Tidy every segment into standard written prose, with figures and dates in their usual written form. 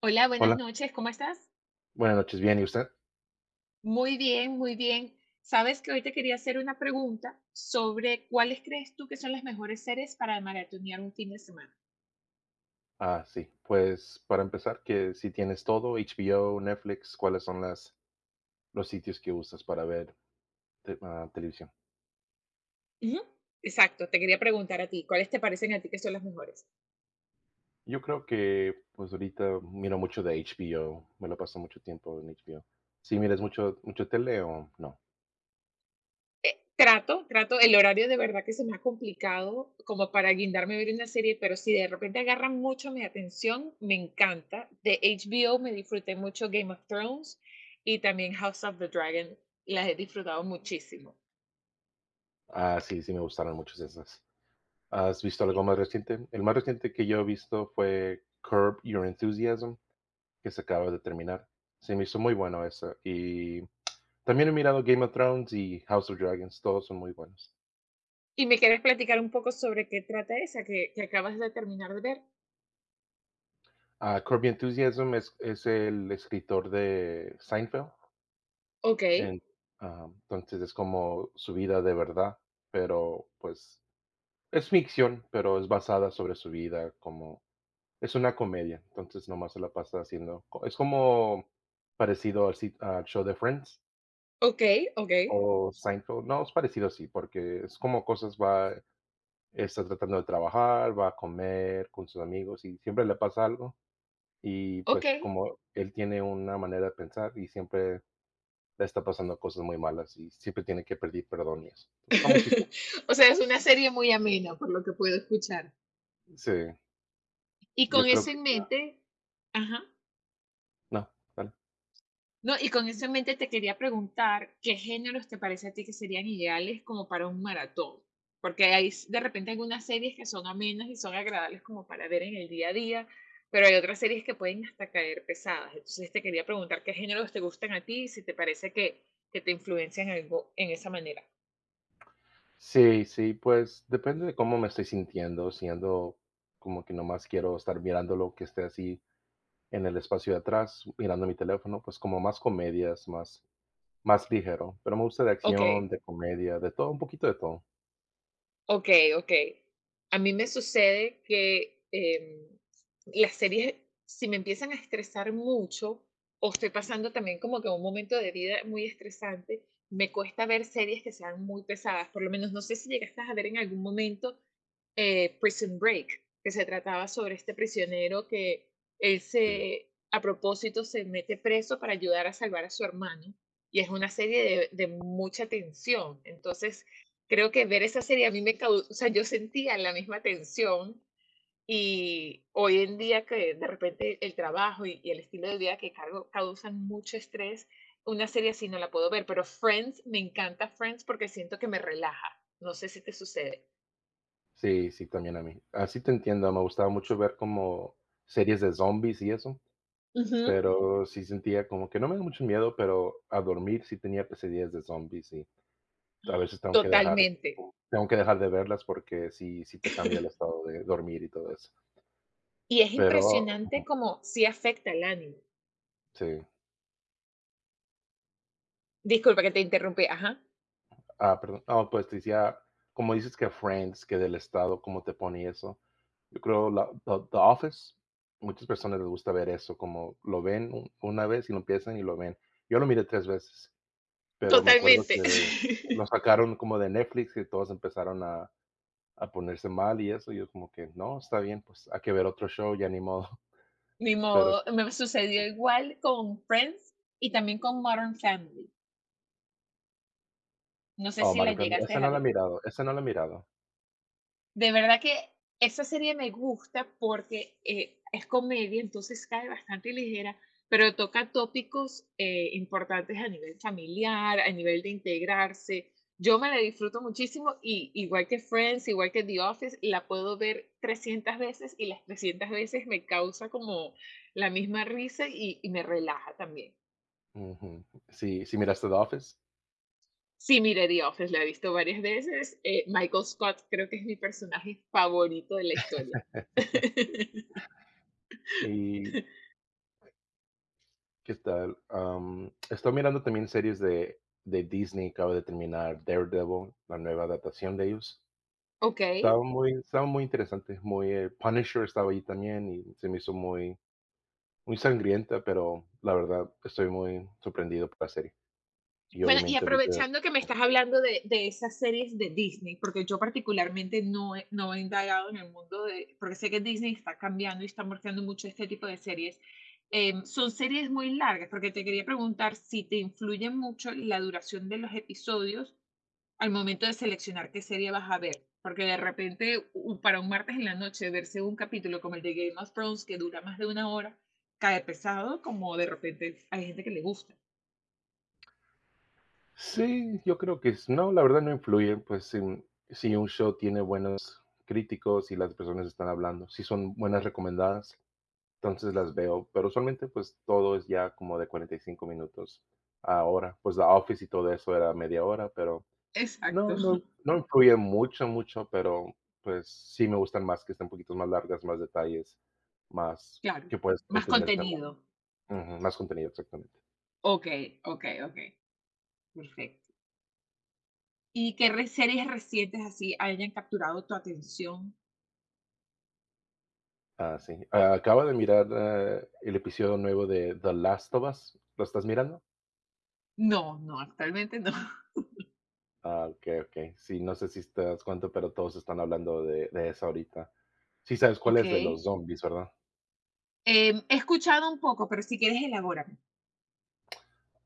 Hola, buenas Hola, noches, ¿cómo estás? buenas noches. Bien, ¿y usted? Muy bien, muy bien. Sabes que hoy te quería hacer una pregunta sobre cuáles crees tú que son las mejores series para maratonear un fin de semana. Sí. Pues para empezar, que si tienes todo, HBO, Netflix, ¿cuáles son las los sitios que usas para ver televisión? Ujú. Exacto, te quería preguntar a ti, ¿cuáles te parecen a ti que son las mejores? Yo creo que, pues ahorita miro mucho de HBO, me lo paso mucho tiempo en HBO. ¿Sí miras mucho tele o no? Trato, el horario de verdad que se me ha complicado como para guindarme a ver una serie, pero si de repente agarran mucho mi atención, me encanta. De HBO me disfruté mucho Game of Thrones y también House of the Dragon, las he disfrutado muchísimo. Ah, sí, sí me gustaron muchas de esas. ¿Has visto algo más reciente? El más reciente que yo he visto fue Curb Your Enthusiasm, que se acaba de terminar. Se me hizo muy bueno eso y también he mirado Game of Thrones y House of Dragons, todos son muy buenos. Y me quieres platicar un poco sobre qué trata esa que acabas de terminar de ver. Ah, Corby Enthusiasm es el escritor de Seinfeld. Ok, en- entonces es como su vida de verdad, pero pues es ficción, pero es basada sobre su vida, como es una comedia, entonces nomás se la pasa haciendo, es como parecido al al show de Friends ok, ok, o Seinfeld. No, es parecido, sí, porque es como cosas va está tratando de trabajar, va a comer con sus amigos y siempre le pasa algo. Y ok. pues como él tiene una manera de pensar y siempre le está pasando cosas muy malas y siempre tiene que pedir perdón y eso. Está muy chistoso. O sea, es una serie muy amena, por lo que puedo escuchar. Sí, Y con yo eso creo que en ya. mente, ajá. No, dale. No, y con eso en mente te quería preguntar, ¿qué géneros te parece a ti que serían ideales como para un maratón? Porque de repente algunas series que son amenas y son agradables como para ver en el día a día, pero hay otras series que pueden hasta caer pesadas. Entonces te quería preguntar qué géneros te gustan a ti y si te parece que te influencian algo en esa manera. Sí, sí, pues depende de cómo me estoy sintiendo, siendo como que nomás quiero estar mirando lo que esté así en el espacio de atrás, mirando mi teléfono, pues como más comedias, más ligero, pero me gusta de Ok. acción, de comedia, de todo, un poquito de todo. Okey, okey. A mí me sucede que, las series, si me empiezan a estresar mucho, o estoy pasando también como que un momento de vida muy estresante, me cuesta ver series que sean muy pesadas. Por lo menos, no sé si llegaste a ver en algún momento Prison Break, que se trataba sobre este prisionero que Sí, a propósito se mete preso para ayudar a salvar a su hermano. Y es una serie de mucha tensión. Entonces, creo que ver esa serie a mí me causa, o sea, yo sentía la misma tensión y hoy en día que de repente el trabajo y el estilo de vida que cargo causan mucho estrés, una serie así no la puedo ver, pero Friends, me encanta Friends porque siento que me relaja. No sé si te sucede. sí, sí, también a mí. Así te entiendo, me gustaba mucho ver como series de zombies y eso, Ujú. pero sí sentía como que no me da mucho miedo, pero a dormir sí tenía pesadillas de zombies y a veces Totalmente. tengo que dejar de verlas porque sí te cambia el estado de dormir y todo eso. Y es Pero impresionante como sí afecta el ánimo. sí. Disculpa que te interrumpí, ajá. Ah, perdón. Ah, pues, te decía, como dices que Friends, que del estado, cómo te pone eso, yo creo la The Office, muchas personas les gusta ver eso, como lo ven u una vez y lo empiezan y lo ven. Yo lo miré 3 veces, pero me acuerdo Totalmente. que lo sacaron como de Netflix y todos empezaron a ponerse mal y eso, y yo como que: "No, está bien, pues hay que ver otro show, ya ni modo". Ni Pero modo, sí. me sucedió igual con Friends y también con Modern Family. No sé Oh, si la Modern Family, llegaste esa a no la ver. he mirado, esa no la he mirado. De verdad que esa serie me gusta porque, es comedia, entonces cae bastante ligera, pero toca tópicos, importantes a nivel familiar, a nivel de integrarse. Yo me la disfruto muchísimo y igual que Friends, igual que The Office, la puedo ver 300 veces y las 300 veces me causa como la misma risa y me relaja también. Ujú. Sí, ¿sí miraste The Office? Sí, mire The Office, la he visto varias veces, Michael Scott creo que es mi personaje favorito de la historia. ¿Y qué tal? Am, he mirando también series de Disney, acabo de terminar Daredevil, la nueva adaptación de ellos. Ok. Estaba muy interesante, muy Punisher estaba ahí también y se me hizo muy sangrienta, pero la verdad estoy muy sorprendido por la serie. Y Bueno, y obviamente ahorita aprovechando que me estás hablando de esas series de Disney, porque yo particularmente no he indagado en el mundo de, porque sé que Disney está cambiando y está morfeando mucho este tipo de series. Son series muy largas, porque te quería preguntar si te influye mucho la duración de los episodios al momento de seleccionar qué serie vas a ver, porque de repente para un martes en la noche verse un capítulo como el de Game of Thrones que dura más de una hora, cae pesado, como de repente hay gente que le gusta. sí, yo creo que no, la verdad no influye, pues si un show tiene buenos críticos y las personas están hablando, si son buenas recomendadas, entonces las veo, pero usualmente pues todo es ya como de 45 minutos. Ahora, pues The Office y todo eso era media hora, pero Exacto. No influye mucho, pero pues sí me gustan más que estén un poquito más largas, más detalles, más Claro, que puedes más entenderte más. contenido. Ujú, más contenido, exactamente. Ok, ok, ok, perfecto. ¿Y qué series recientes así hayan capturado tu atención? Ah, sí. Ah, acabo de mirar, el episodio nuevo de The Last of Us. ¿Lo estás mirando? No, no, actualmente no. Ah, okey, okey. Sí, no sé si te das cuenta, pero todos están hablando de eso ahorita. Sí sabes cuál Ok. es, de los zombies, ¿verdad? He escuchado un poco, pero si quieres elabórame.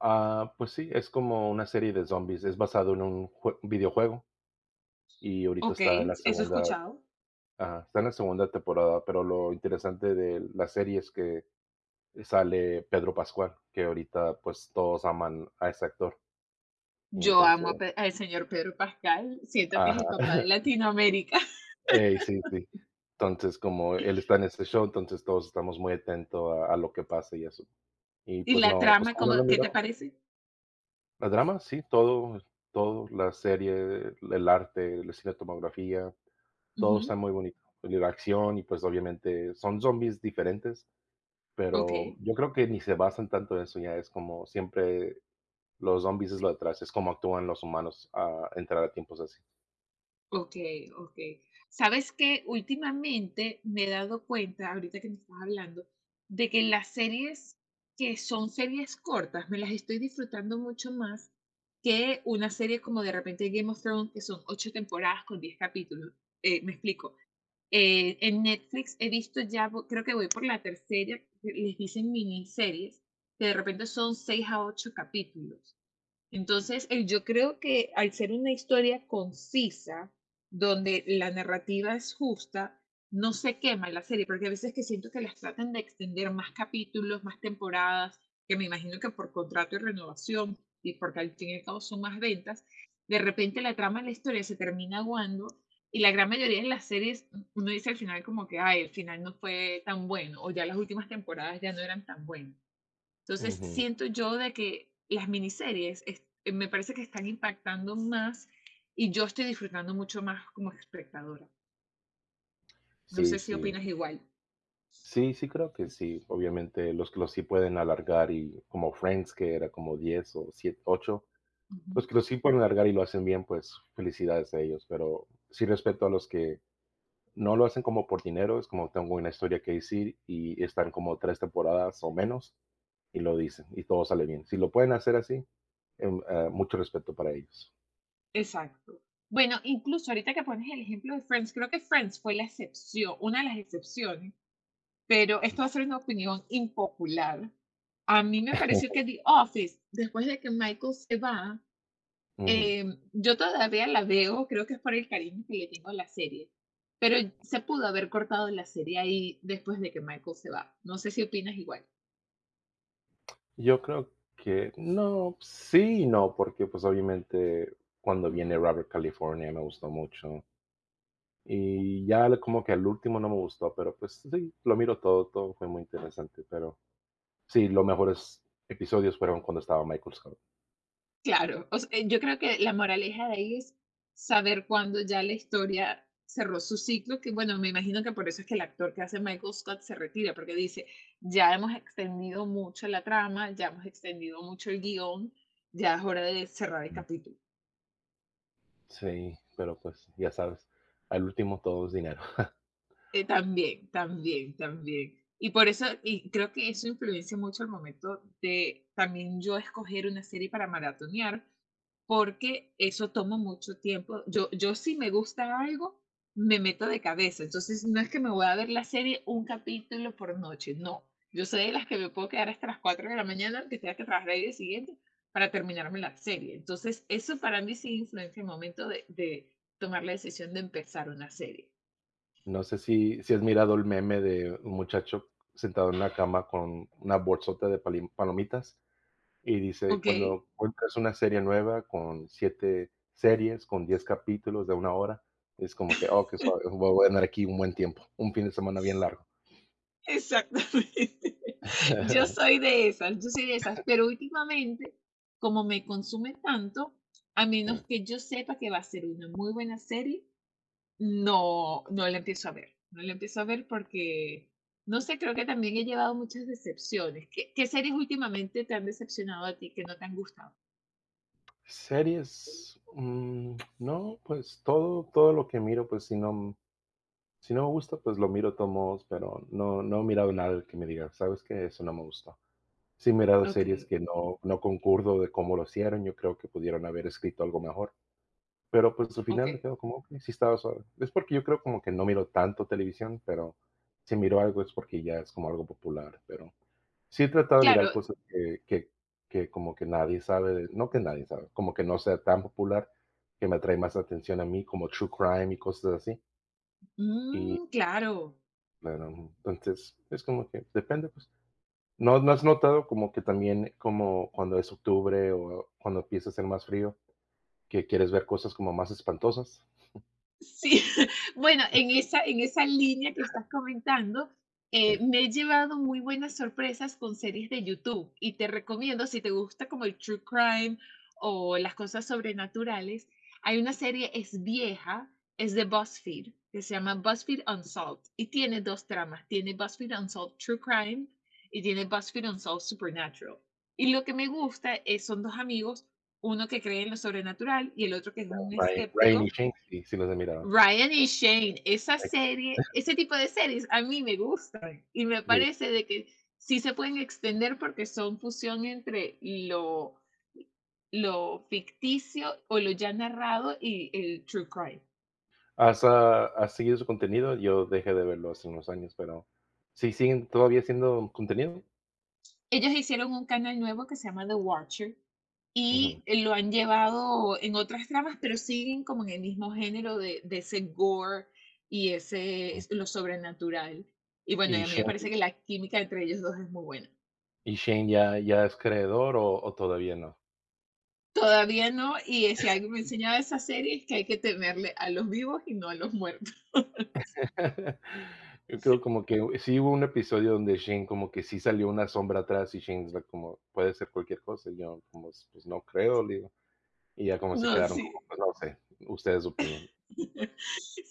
Ah, pues sí, es como una serie de zombies, es basado en un jue videojuego y ahorita Ok, está en la eso he segunda escuchado. ajá, está en la segunda temporada, pero lo interesante de la serie es que sale Pedro Pascual, que ahorita, pues, todos aman a ese actor, y Yo entonces amo a al señor Pedro Pascal, siento que es ajá, el papá de Latinoamérica. ey, sí, sí. Entonces, como él está en este show, entonces todos estamos muy atentos a lo que pasa y eso. Y, ¿Y pues, la no, pues, trama, como cómo, no lo han qué te mirado? parece? La drama, sí, todo, la serie, el arte, la cinematografía, todo Ujú. está muy bonito. La acción y pues obviamente son zombies diferentes, Ok. pero yo creo que ni se basan tanto en eso, ya es como siempre los zombies es lo detrás, es como actúan los humanos a entrar a tiempos así. Okey, okey. ¿Sabes que últimamente me he dado cuenta, ahorita que me estás hablando, de que las series que son series cortas, me las estoy disfrutando mucho más que una serie como de repente Game of Thrones, que son 8 temporadas con 10 capítulos? Me explico. En Netflix he visto ya, vo creo que voy por la tercera, que les dicen miniseries, que de repente son 6 a 8 capítulos. Entonces, yo creo que al ser una historia concisa, donde la narrativa es justa, no se quema la serie, porque a veces que siento que las tratan de extender más capítulos, más temporadas, que me imagino que por contrato y renovación, y porque al fin y al cabo son más ventas, de repente la trama de la historia se termina aguando y la gran mayoría de las series uno dice al final como que, ay, el final no fue tan bueno o ya las últimas temporadas ya no eran tan buenas. Entonces, Ujú. siento yo de que las miniseries me parece que están impactando más y yo estoy disfrutando mucho más como espectadora. No sé Sí, si sí. opinas igual. Sí, sí, creo que sí. Obviamente, los que los sí pueden alargar y como Friends, que era como 10 o 7, 8, los Ujú. que los sí pueden alargar y lo hacen bien, pues felicidades a ellos. Pero sí respeto a los que no lo hacen como por dinero, es como tengo una historia que decir y están como tres temporadas o menos y lo dicen y todo sale bien. Si lo pueden hacer así, mucho respeto para ellos. Exacto. Bueno, incluso ahorita que pones el ejemplo de Friends, creo que Friends fue la excepción, una de las excepciones, pero esto va a ser una opinión impopular. A mí me pareció que The Office, después de que Michael se va, Ujú. Eh, yo todavía la veo, creo que es por el cariño que le tengo a la serie, pero se pudo haber cortado la serie ahí después de que Michael se va. No sé si opinas igual. Yo creo que no, sí y no, porque pues obviamente cuando viene Robert California me gustó mucho y ya como que al último no me gustó, pero pues sí, lo miro todo, todo fue muy interesante, pero sí, los mejores episodios fueron cuando estaba Michael Scott. Claro, o sea, yo creo que la moraleja de ahí es saber cuándo ya la historia cerró su ciclo, que bueno, me imagino que por eso es que el actor que hace Michael Scott se retira, porque dice, ya hemos extendido mucho la trama, ya hemos extendido mucho el guión, ya es hora de cerrar el capítulo. Sí, pero pues ya sabes, al último todo es dinero. También, también, también. Y por eso, y creo que eso influencia mucho el momento de también yo escoger una serie para maratonear, porque eso toma mucho tiempo. Yo si me gusta algo, me meto de cabeza. Entonces, no es que me voy a ver la serie un capítulo por noche, no. Yo soy de las que me puedo quedar hasta las 4 de la mañana, aunque tenga que trabajar el día siguiente, para terminarme la serie. Entonces, eso para mí sí influencia el momento de tomar la decisión de empezar una serie. No sé si has mirado el meme de un muchacho sentado en una cama con una bolsota de palomitas y dice, ¿Ok? cuando encuentras una serie nueva con siete series, con diez capítulos de una hora, es como que, oh, que suave, voy a andar aquí un buen tiempo, un fin de semana bien largo. Exactamente. Yo soy de esas, yo soy de esas, pero últimamente, como me consume tanto, a menos Sí. que yo sepa que va a ser una muy buena serie, no, no la empiezo a ver. No la empiezo a ver porque, no sé, creo que también he llevado muchas decepciones. ¿Qué series últimamente te han decepcionado a ti que no te han gustado? Series, mm, no, pues todo lo que miro, pues si no si no me gusta, pues lo miro de todos modos, pero no he mirado nada que me diga: "¿Sabes qué? Eso no me gustó". Sí he mirado Ok, series que no concuerdo de cómo lo hicieron, yo creo que pudieron haber escrito algo mejor, pero, pues, al ok. final me quedo como: "Okey, sí estaba suave". Es porque yo creo como que no miro tanto televisión, pero si miro algo es porque ya es como algo popular, pero sí he tratado de Claro, mirar cosas que que como que nadie sabe de que nadie sabe, como que no sea tan popular, que me atrae más atención a mí, como true crime y cosas así. Y mm, claro. bueno, entonces, es como que depende, pues. No has notado como que también, como cuando es octubre o cuando empieza a ser más frío, que quieres ver cosas como más espantosas? Sí, bueno, en esa línea que estás comentando, Eh, me he llevado muy buenas sorpresas con series de YouTube y te recomiendo, si te gusta como el true crime o las cosas sobrenaturales, hay una serie, es vieja, es de BuzzFeed, que se llama BuzzFeed Unsolved y tiene dos tramas, tiene BuzzFeed Unsolved True Crime y tiene BuzzFeed Unsolved Supernatural. Y lo que me gusta es, son dos amigos, uno que cree en lo sobrenatural y el otro que es un Rainy escéptico. Things, y sí los he mirado. Ryan y Shane, esa Ex serie, ese tipo de series a mí me gustan y me Sí. parece de que sí se pueden extender porque son fusión entre lo ficticio o lo ya narrado y el true crime. ¿Has, ah, has seguido su contenido? Yo dejé de verlo hace unos años, pero ¿sí siguen todavía siendo contenido? Ellos hicieron un canal nuevo que se llama The Watcher Ujú. y lo han llevado en otras tramas, pero siguen como en el mismo género de ese gore y ese Mm. lo sobrenatural. Y bueno, y ¿Y a mí me parece que la química entre ellos dos es muy buena. Shane ya es creador o todavía no? Todavía no, y si alguien me enseñaba esa serie es que hay que temerle a los vivos y no a los muertos. Yo creo como que sí hubo un episodio donde Shane como que sí salió una sombra atrás y Shane va como: "Puede ser cualquier cosa", y yo como: "Pues no creo", le digo, y ya como se No, quedaron como: "Pues no sé, ustedes opinen".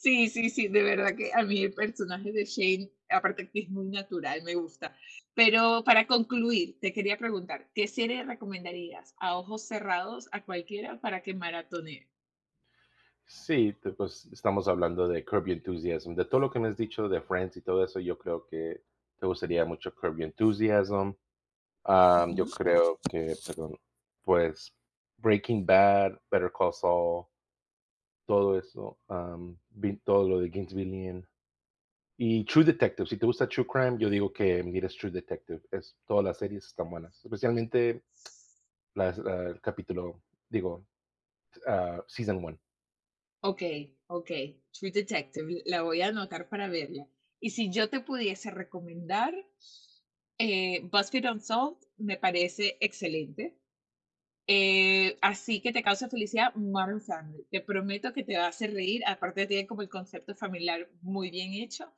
sí, de verdad que a mí el personaje de Shane, aparte que es muy natural, me gusta. Pero para concluir, te quería preguntar, ¿qué serie recomendarías a ojos cerrados a cualquiera para que maratone? Sí, pues estamos hablando de Curb Your Enthusiasm. De todo lo que me has dicho de Friends y todo eso, yo creo que te gustaría mucho Curb Your Enthusiasm. Am, yo Ujú. creo que, perdón, pues Breaking Bad, Better Call Saul, todo eso, am, todo lo de Gainesvillian. Y True Detective, si te gusta True Crime, yo digo que mires True Detective. Es, todas las series están buenas, especialmente el capítulo, digo, ah, Season 1. Ok, ok, True Detective, la voy a anotar para verla. Y si yo te pudiese recomendar, BuzzFeed Unsolved me parece excelente. Así que te causa felicidad, Modern Family. Te prometo que te va a hacer reír. Aparte, tiene como el concepto familiar muy bien hecho.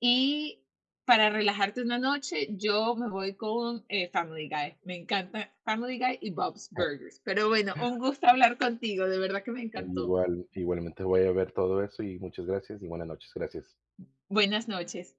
Y para relajarte una noche, yo me voy con Family Guy. Me encanta Family Guy y Bob's Burgers. Pero bueno, un gusto hablar contigo. De verdad que me encantó. Igual, igualmente voy a ver todo eso y muchas gracias y buenas noches. Gracias. Buenas noches.